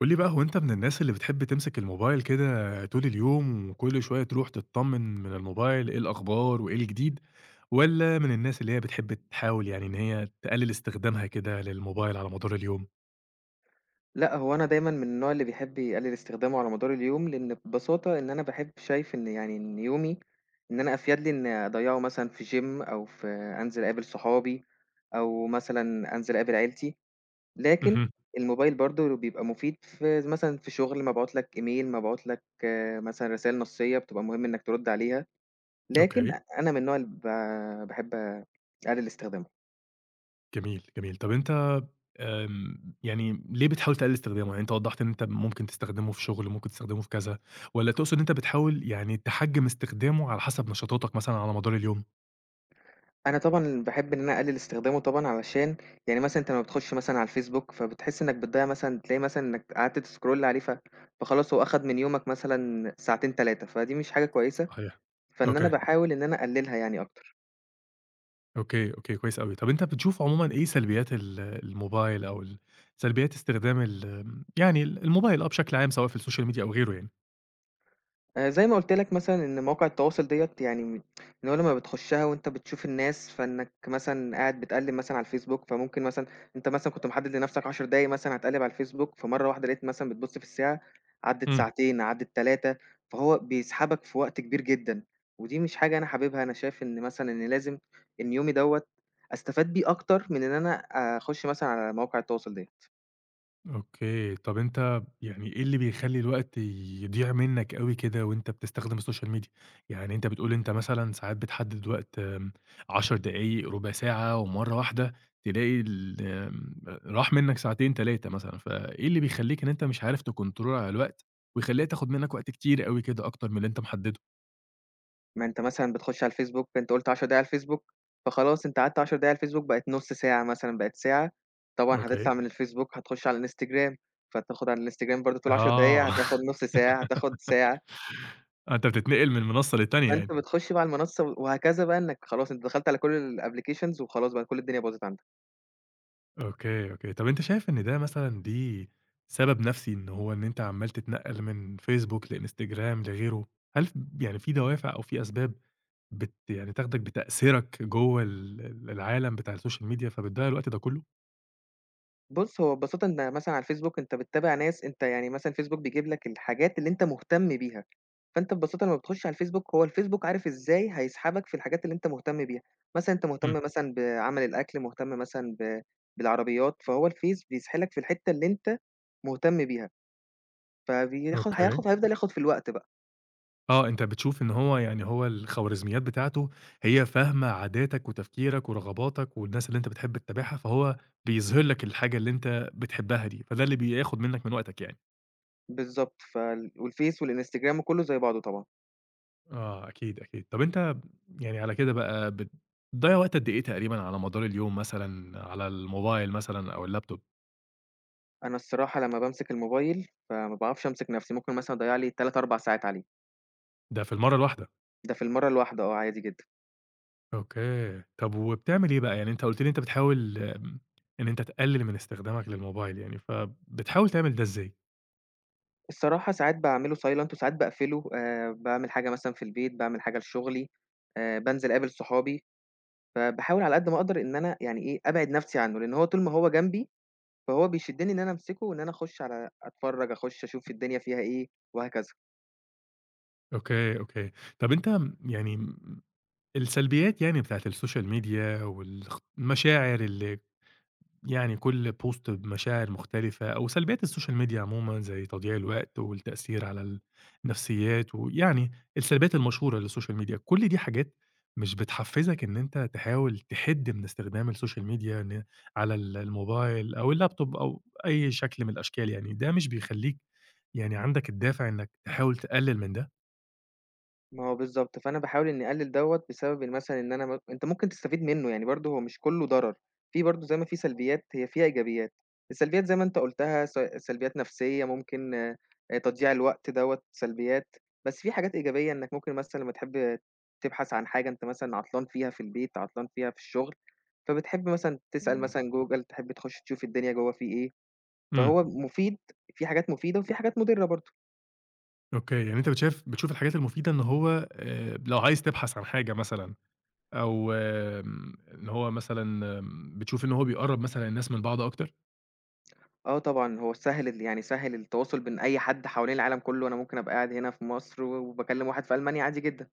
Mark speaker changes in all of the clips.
Speaker 1: قُل لي بقى هو أنت من الناس اللي بتحب تمسك الموبايل كده طول اليوم، وكل شوية تروح تتطمن من الموبايل إيه الأخبار وإيه الجديد، والّا من الناس اللي هي بتحب تحاول يعني إن هي تقلل استخدامها كده للموبايل على مدار اليوم؟
Speaker 2: لأ، هو أنا دايمًا من النوع اللي بيحب يقلِّل استخدامه على مدار اليوم، لإن ببساطة إن أنا باحب شايف إن يعني إن يومي إن أنا أفيَد لي إن أضيّعه مثلًا في gym أو في أنزل أقابل صحابي أو مثلًا أنزل أقابل عيلتي، لكن
Speaker 1: اهم.
Speaker 2: الموبايل برضه بيبقى مفيد في ز مثلًا في شغل ما باعت لك إيميل، ما باعت لك مثلًا رسايل نصية بتبقى مهم إنك ترُد عليها، لكن
Speaker 1: أوكي.
Speaker 2: أنا من النوع اللي باحب أقلِّل استخدامه.
Speaker 1: جميل، جميل. طب أنت يعني ليه بتحاول تقلل استخدامه؟ يعني أنت وضحت إن أنت ممكن تستخدمه في شغل، ممكن تستخدمه في كذا، والّا تقصد إن أنت بتحاول يعني تحجم استخدامه على حسب نشاطاتك مثلًا على مدار اليوم؟
Speaker 2: أنا طبعًا باحب إن أنا أقلِّل استخدامه طبعًا علشان يعني مثلًا أنت لمّا بتخُش مثلًا على الفيسبوك، فبتحس إنّك بتضيّع مثلًا تلاقي مثلًا إنّك قعدت تسكرول عليه فخلاص هو أخَد من يومك مثلًا ساعتين، 3 فدي مش حاجة كويسة،
Speaker 1: صحيح.
Speaker 2: فإن أنا
Speaker 1: أوكي.
Speaker 2: باحاول إن أنا أقلِّلها يعني أكتر.
Speaker 1: أوكي، أوكي، كويس أوي. طَب أنت بتشوف عمومًا إيه سلبيات ال الموبايل أو ال سلبيات استخدام ال آمم، يعني ال الموبايل بشكل عام سواء في السوشيال ميديا أو غيره يعني؟
Speaker 2: زي ما قُلت لك مثلًا إن مواقع التواصل ديّة يعني م إن هو لمّا بتخشّها وأنت بتشوف الناس، فإنّك مثلًا قاعد بتقلِّب مثلًا على الفيسبوك، فممكن مثلًا أنت مثلًا كنت محدد لنَفْسك 10 دقايق مثلًا هتقلِّب على الفيسبوك، فمرّة واحدة لقيت مثلًا بتبُص في الساعة، عدِّت
Speaker 1: إمم.
Speaker 2: ساعتين، عدِّت 3، فهو بيسحبك في وقت كبير جدًا، ودي مش حاجة أنا حاببها، أنا شايف إن مثلًا إن لازم إن يومي دوّة أستفاد بيه أكتر من إن أنا أخُش مثلًا على مواقع التواصل ديّة.
Speaker 1: أوكي. طَب أنت يعني إيه اللي بيخلّي الوقت يضيع منّك أوي كده وأنت بتستخدم السوشيال ميديا؟ يعني أنت بتقول أنت مثلًا ساعات بتحدد وقت 10 دقايق، ربع ساعة ومَرّة واحدة تلاقي ال راح منّك ساعتين، 3 مثلًا، فإيه اللي بيخلّيك إن أنت مش عارف تكنترول على الوقت ويخلّيها تاخد منّك وقت كتير أوي كده أكتر من اللي أنت محدده؟
Speaker 2: ما أنت مثلًا بتخش على الفيسبوك، أنت قُلت 10 دقايق على الفيسبوك، فخلاص أنت قعدت 10 دقايق على الفيسبوك بقت نُص ساعة مثلًا، بقت ساعة، طبعًا
Speaker 1: أوكي.
Speaker 2: هتطلع من الفيسبوك هتخش على الإنستجرام، فتاخد على الإنستجرام برضه طول 10 دقايق،
Speaker 1: آه.
Speaker 2: هتاخد نُص ساعة، هتاخد ساعة،
Speaker 1: آه، أنت بتتنقل من منصة للتانية
Speaker 2: فأنت
Speaker 1: يعني.
Speaker 2: بتخش بقى على المنصة وهكذا بقى إنك خلاص أنت دخلت على كل الapplications وخلاص بقى كل الدنيا باظت عندك.
Speaker 1: أوكي، أوكي. طب أنت شايف إن ده مثلًا دي سبب نفسي إن هو إن أنت عمّال تتنقل من فيسبوك لإنستجرام لغيره، هل ف يعني في دوافع أو في أسباب يعني تاخدك بتأثيرك جوّه ال ال العالم بتاع السوشيال ميديا فبتضيّع الوقت ده كله؟
Speaker 2: بُص، هو ببساطة إن مثلًا على الفيسبوك أنت بتتابع ناس أنت يعني مثلًا الفيسبوك بيجيب لك الحاجات اللي أنت مهتم بيها، فأنت ببساطة لمّا بتخش على الفيسبوك هو الفيسبوك عارف إزاي هيسحبك في الحاجات اللي أنت مهتم بيها، مثلًا أنت مهتم
Speaker 1: إمم.
Speaker 2: مثلًا بعمل الأكل، مهتم مثلًا ب بالعربيات، فهو الفيس بيسحلك في الحتة اللي أنت مهتم بيها، فبياخد
Speaker 1: أوكي.
Speaker 2: هياخد هيفضل ياخد في الوقت بقى،
Speaker 1: آه، أنت بتشوف إن هو يعني هو الخوارزميات بتاعته هي فاهمة عاداتك وتفكيرك ورغباتك والناس اللي أنت بتحب تتابعها، فهو بيظهر لك الحاجة اللي أنت بتحبها دي، فده اللي بياخد منك من وقتك يعني.
Speaker 2: بالضبط، والفيس والإنستجرام وكله زي بعضه طبعًا،
Speaker 1: آه، أكيد، أكيد. طب أنت يعني على كده بقى بتضيّع وقت قد إيه تقريبًا على مدار اليوم مثلًا على الموبايل مثلًا أو اللابتوب؟
Speaker 2: أنا الصراحة لمّا بامسك الموبايل فما باعرفش أمسك نفسي، ممكن مثلًا أضيّع لي 3، 4 ساعات عليه،
Speaker 1: ده في المَرّة الواحدة؟
Speaker 2: ده في المَرّة الواحدة آه، عادي جدًا.
Speaker 1: أوكي. طب وبتعمل إيه بقى؟ يعني أنت قُلت لي أنت بتحاول إن أنت تقلِّل من استخدامك للموبايل يعني، فبتحاول تعمل ده إزاي؟
Speaker 2: الصراحة ساعات باعمله silent وساعات باقفله، باعمل حاجة مثلًا في البيت، باعمل حاجة لشغلي، بانزل أقابل صحابي، فباحاول على قد ما أقدر إن أنا يعني إيه، أبعد نَفْسي عنّه، لإن هو طول ما هو جنبي، فهو بيشدّني إن أنا أمسكه وإن أنا أخُش على أتفرّج، أخُش أشوف الدنيا فيها إيه وهكذا.
Speaker 1: أوكي، أوكي. طَب أنت م يعني م السلبيات يعني بتاعة السوشيال ميديا والخ المشاعر اللي يعني كل بوست بمشاعر مختلفة أو سلبيات السوشيال ميديا عمومًا زي تضييع الوقت والتأثير على النفسيّات ويعني السلبيات المشهورة للسوشيال ميديا، كل دي حاجات مش بتحفّزك إن أنت تحاول تحِد من استخدام السوشيال ميديا إن على ال الموبايل أو اللابتوب أو أي شكل من الأشكال يعني، ده مش بيخلّيك يعني عندك الدافع إنّك تحاول تقلِّل من ده؟
Speaker 2: ما هو بالضبط، فأنا باحاول إنّي أقلّل دوّة بسبب إن مثلًا إن أنا م أنت ممكن تستفيد منّه، يعني برضه هو مش كلّه ضرر، في برضه زي ما في سلبيات هي فيها إيجابيات، السلبيات زي ما أنت قُلتها سلبيات نفسيّة ممكن تضييع الوقت دوّة سلبيات، بس في حاجات إيجابية إنّك ممكن مثلًا لمّا تحب تبحث عن حاجة أنت مثلًا عطلان فيها في البيت، عطلان فيها في الشغل، فبتحب مثلًا تسأل مثلًا
Speaker 1: اهم.
Speaker 2: Google تحب تخش تشوف الدنيا جوّه في إيه،
Speaker 1: إمم.
Speaker 2: فهو مفيد في حاجات مفيدة وفي حاجات مُضرة برضه.
Speaker 1: أوكي، يعني أنت بتشوف الحاجات المفيدة إن هو لو عايز تبحث عن حاجة مثلًا أو إن هو مثلًا بتشوف إن هو بيقرّب مثلًا الناس من بعض أكتر؟
Speaker 2: آه طبعًا، هو سهِّل ال يعني سهِّل التواصل بين أي حد حوالين العالم كلّه، أنا ممكن أبقى قاعد هنا في مصر وباكلّم واحد في ألمانيا عادي جدًا،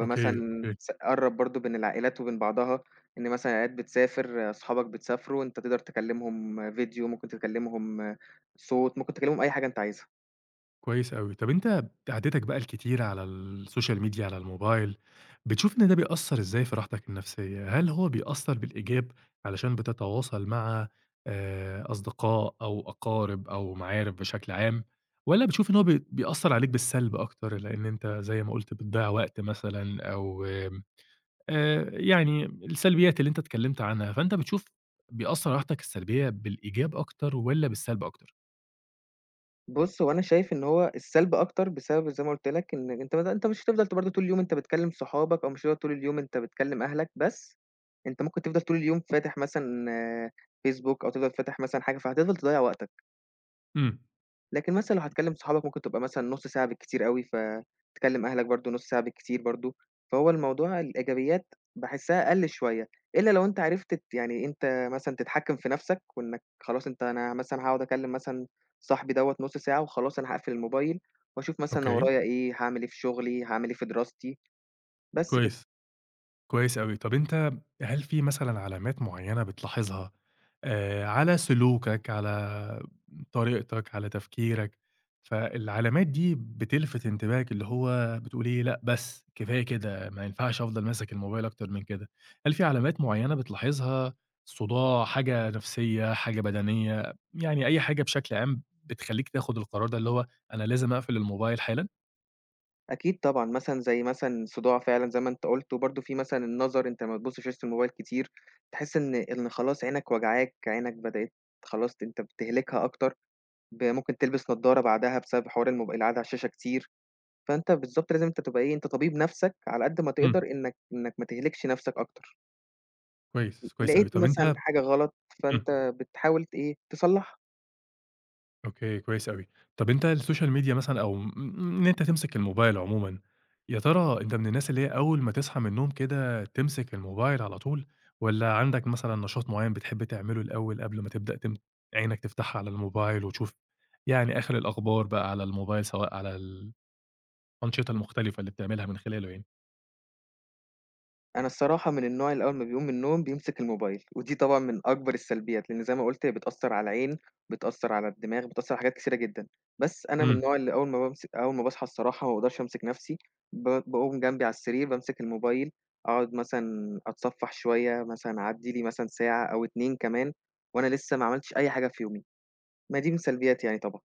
Speaker 1: أوكي، أوكي.
Speaker 2: قرّب برضه بين العائلات وبين بعضها، إن مثلًا العائلات بتسافر، أصحابك بتسافروا، أنت تقدر تكلّمهم فيديو، ممكن تكلّمهم صوت، ممكن تكلّمهم أي حاجة أنت عايزها.
Speaker 1: كويس أوي. طب أنت قعدتك بقى الكتيرة على السوشيال ميديا، على الموبايل، بتشوف إن ده بيأثّر إزاي في راحتك النفسية؟ هل هو بيأثّر بالإيجاب علشان بتتواصل مع أصدقاء أو أقارب أو معارف بشكل عام، والّا بتشوف إن هو بيأثّر عليك بالسلب أكتر، لإن أنت زي ما قُلت بتضيّع وقت مثلًا أو يعني السلبيات اللي أنت اتكلّمت عنها، فأنت بتشوف بيأثّر على راحتك السلبية بالإيجاب أكتر والّا بالسلب أكتر؟
Speaker 2: بُص، هو أنا شايف إن هو السلب أكتر بسبب زي ما قُلت لك إن أنت مش هتفضل برضه طول اليوم أنت بتكلّم صحابك أو مش هتفضل طول اليوم أنت بتكلّم أهلك، بس أنت ممكن تفضل طول اليوم فاتح مثلًا فيسبوك أو تفضل فاتح مثلًا حاجة، فهتفضل تضيّع وقتك.
Speaker 1: إمم.
Speaker 2: لكن مثلًا لو هتكلّم صحابك ممكن تبقى مثلًا نُص ساعة بالكتير أوي، فتكلّم أهلك برضه نُص ساعة بالكتير برضه، فهو الموضوع الإيجابيات باحسّها أقل شوية، إلّا لو أنت عرفت ت يعني أنت مثلًا تتحكّم في نَفْسك وإنّك خلاص أنت أنا مثلًا هاقعد أكلّم مثلًا صاحبي دوّة نُص ساعة وخلاص أنا هاقفل الموبايل وأشوف مثلًا أنا
Speaker 1: أوكي،
Speaker 2: ورايا إيه، هاعمل إيه في شغلي، هاعمل إيه في دراستي، بس كده.
Speaker 1: كويس. كويس أوي. طَب أنت هل في مثلًا علامات معيّنة بتلاحظها على سلوكك، على طريقتك، على تفكيرك، فالعلامات دي بتلفت انتباهك اللي هو بتقول إيه، لأ بس كفاية كده، ما ينفعش أفضل ماسك الموبايل أكتر من كده. هل في علامات معيّنة بتلاحظها، صداع، حاجة نفسية، حاجة بدنية، يعني أي حاجة بشكل عام بتخلّيك تاخد القرار ده اللي هو أنا لازم أقفل الموبايل حالًا؟
Speaker 2: أكيد طبعًا، مثلًا زي مثلًا الصداع فعلًا زي ما أنت قُلت، وبرضه في مثلًا النظر أنت ما بتبُصّش في وسط الموبايل كتير، تحس إن خلاص عينك وجعاك، عينك بدأت خلاص أنت بتهلكها أكتر، ممكن تلبس نضارة بعدها بسبب حوار القعدة على الشاشة كتير، فأنت بالضبط لازم أنت تبقى إيه، أنت طبيب نَفْسك على قد ما
Speaker 1: إمم.
Speaker 2: تقدر إنّك ما تهلكش نَفْسك أكتر،
Speaker 1: كويس، كويس أوي.
Speaker 2: لقيت
Speaker 1: طَب أنت.
Speaker 2: مثلًا حاجة غلط
Speaker 1: إمم.
Speaker 2: فأنت بتحاول إيه، تصلّحها.
Speaker 1: أوكي، كويس أوي. طَب أنت السوشيال ميديا مثلًا أو م م إن أنت تمسك الموبايل عمومًا، يا ترى أنت من الناس اللي هي أول ما تصحى من النوم كده تمسك الموبايل على طول، والّا عندك مثلًا نشاط معيّن بتحب تعمله الأول قبل ما تبدأ عينك تفتحها على الموبايل وتشوف يعني آخر الأخبار بقى على الموبايل، سواء على الأنشطة المختلفة اللي بتعملها من خلاله يعني؟
Speaker 2: أنا الصراحة من النوع اللي أول ما بيقوم من النوم بيمسك الموبايل، ودي طبعًا من أكبر السلبيات، لإن زي ما قُلت هي بتأثّر على العين، بتأثّر على الدماغ، بتأثّر على حاجات كتيرة جدًا، بس أنا من
Speaker 1: إمم.
Speaker 2: النوع اللي أول ما بامسك أول ما باصحى الصراحة ما باقدرش أمسك نَفْسي، باقوم جنبي على السرير بامسك الموبايل، أقعد مثلًا أتصفّح شوية مثلًا أعدّي لي مثلًا ساعة أو 2 كمان وأنا لسه ما عملتش أي حاجة في يومي، ما دي من سلبياتي يعني طبعًا.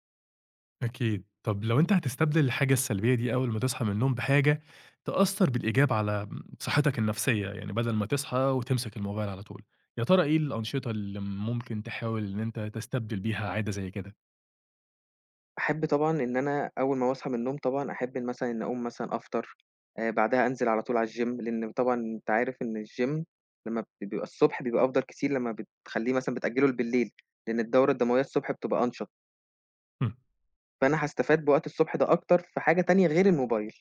Speaker 1: أكيد. طب لو أنت هتستبدل الحاجة السلبية دي أول ما تصحى من النوم بحاجة تأثّر بالإيجاب على صحتك النفسية، يعني بدل ما تصحى وتمسك الموبايل على طول، يا ترى إيه الأنشطة اللي ممكن تحاول إن أنت تستبدل بيها عادة زي كده؟
Speaker 2: أحب طبعًا إن أنا أول ما باصحى من النوم طبعًا أحب إن مثلًا إن أقوم مثلًا أفطر، بعدها أنزل على طول على الgym لإن طبعًا أنت عارف إن الgym لمّا بيبقى الصبح بيبقى أفضل كتير لمّا بتخلّيه مثلًا بتأجّله لبليل، لإن الدورة الدموية الصبح بتبقى أنشط،
Speaker 1: إمم،
Speaker 2: فأنا هاستفاد بوقت الصبح ده أكتر في حاجة تانية غير الموبايل.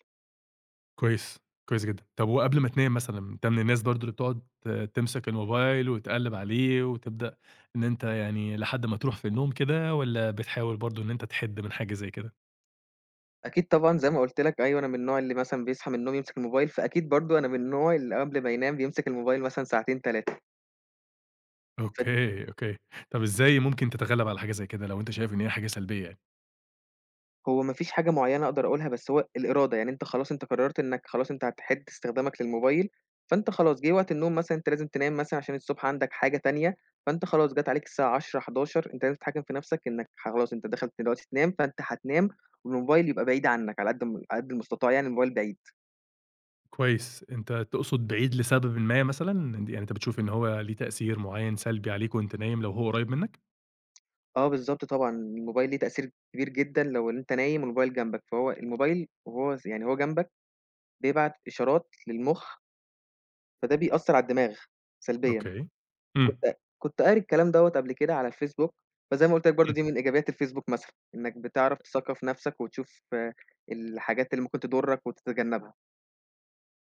Speaker 1: كويس، كويس جدًا. طب وقبل ما تنام مثلًا، أنت من الناس برضه اللي بتقعد تمسك الموبايل وتقلِّب عليه وتبدأ إن أنت يعني لحد ما تروح في النوم كده والّا بتحاول برضه إن أنت تحِد من حاجة زي كده؟
Speaker 2: أكيد طبعًا زي ما قُلت لك أيوه أنا من النوع اللي مثلًا بيصحى من النوم يمسك الموبايل، فأكيد برضه أنا من النوع اللي قبل ما ينام بيمسك الموبايل مثلًا ساعتين 3.
Speaker 1: أوكي، أوكي. طب إزاي ممكن تتغلّب على حاجة زي كده لو أنت شايف إن هي حاجة سلبية يعني؟
Speaker 2: هو ما فيش حاجة معيّنة أقدر أقولها، بس هو الإرادة، يعني أنت خلاص أنت قررت إنك خلاص أنت هتحِد استخدامك للموبايل، فأنت خلاص جِه وقت النوم مثلًا أنت لازم تنام مثلًا عشان الصبح عندك حاجة تانية، فأنت خلاص جات عليك الساعة 22:00، 23:00 أنت لازم تتحكم في نَفْسك إنك خلاص أنت داخل دلوقتي تنام، فأنت هتنام والموبايل يبقى بعيد عنك على قد المستطاع يعني الموبايل بعيد.
Speaker 1: كويس، أنت تقصد بعيد لسببٍ ما مثلًا، إن يعني أنت بتشوف إن هو ليه تأثير معيّن سلبي عليك وأنت نايم لو هو قريب منك؟
Speaker 2: آه بالضبط طبعًا، الموبايل ليه تأثير كبير جدًا لو أنت نايم والموبايل جنبك، فهو الموبايل وهو ز يعني هو جنبك بيبعت إشارات للمُخ، فده بيأثّر على الدماغ سلبيًا.
Speaker 1: أوكي. إمم،
Speaker 2: كنت قاري الكلام دوّة قبل كده على الفيسبوك، فزي ما قُلت لك برضه
Speaker 1: إمم،
Speaker 2: دي من إيجابيات الفيسبوك مثلًا، إنّك بتعرف تثقّف نَفْسك وتشوف الحاجات اللي ممكن تضُرّك وتتجنّبها.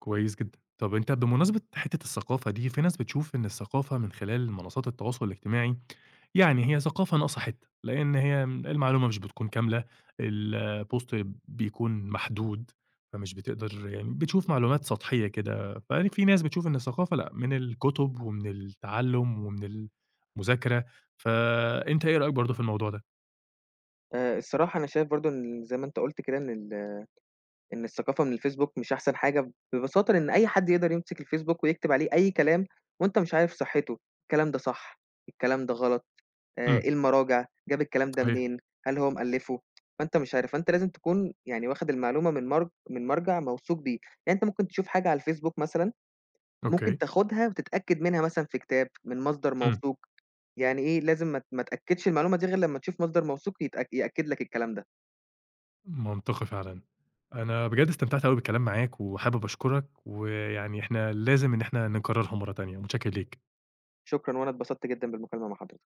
Speaker 1: كويس جدًا. طب أنت بمناسبة حتّة الثقافة دي، في ناس بتشوف إن الثقافة من خلال منصات التواصل الاجتماعي يعني هي ثقافة ناقصة حتّة، لإن هي المعلومة مش بتكون كاملة، الpost بيكون محدود، فمش بتقدر يعني بتشوف معلومات سطحية كده، فيعني في ناس بتشوف إن الثقافة لأ، من الكُتب ومن التعلُّم ومن المذاكرة، فأنت إيه رأيك برضه في الموضوع ده؟
Speaker 2: الصراحة أنا شايف برضه إن زي ما أنت قُلت كده إن الثقافة من الفيسبوك مش أحسن حاجة، ببساطة لإن أي حد يقدر يمسك الفيسبوك ويكتب عليه أي كلام وأنت مش عارف صحّته، الكلام ده صح، الكلام ده غلط.
Speaker 1: إمم،
Speaker 2: إيه المراجع، جاب الكلام ده
Speaker 1: صحيح،
Speaker 2: منين، هل هو مألّفه؟ فأنت مش عارف، فأنت لازم تكون يعني واخد المعلومة من مرجع موثوق بيه، يعني أنت ممكن تشوف حاجة على الفيسبوك مثلًا، ممكن
Speaker 1: أوكي،
Speaker 2: تاخدها وتتأكد منها مثلًا في كتاب، من مصدر
Speaker 1: إمم،
Speaker 2: موثوق، يعني إيه لازم ما تأكّدش المعلومة دي غير لمّا تشوف مصدر موثوق يأكد لك الكلام ده.
Speaker 1: منطقي فعلًا. أنا بجد استمتعت أوي بالكلام معاك وحابب أشكرك، ويعني إحنا لازم إن إحنا نكررها مرّة تانية، متشكّر ليك.
Speaker 2: شكرًا، وأنا اتبسطت جدًا بالمكالمة مع حضرتك.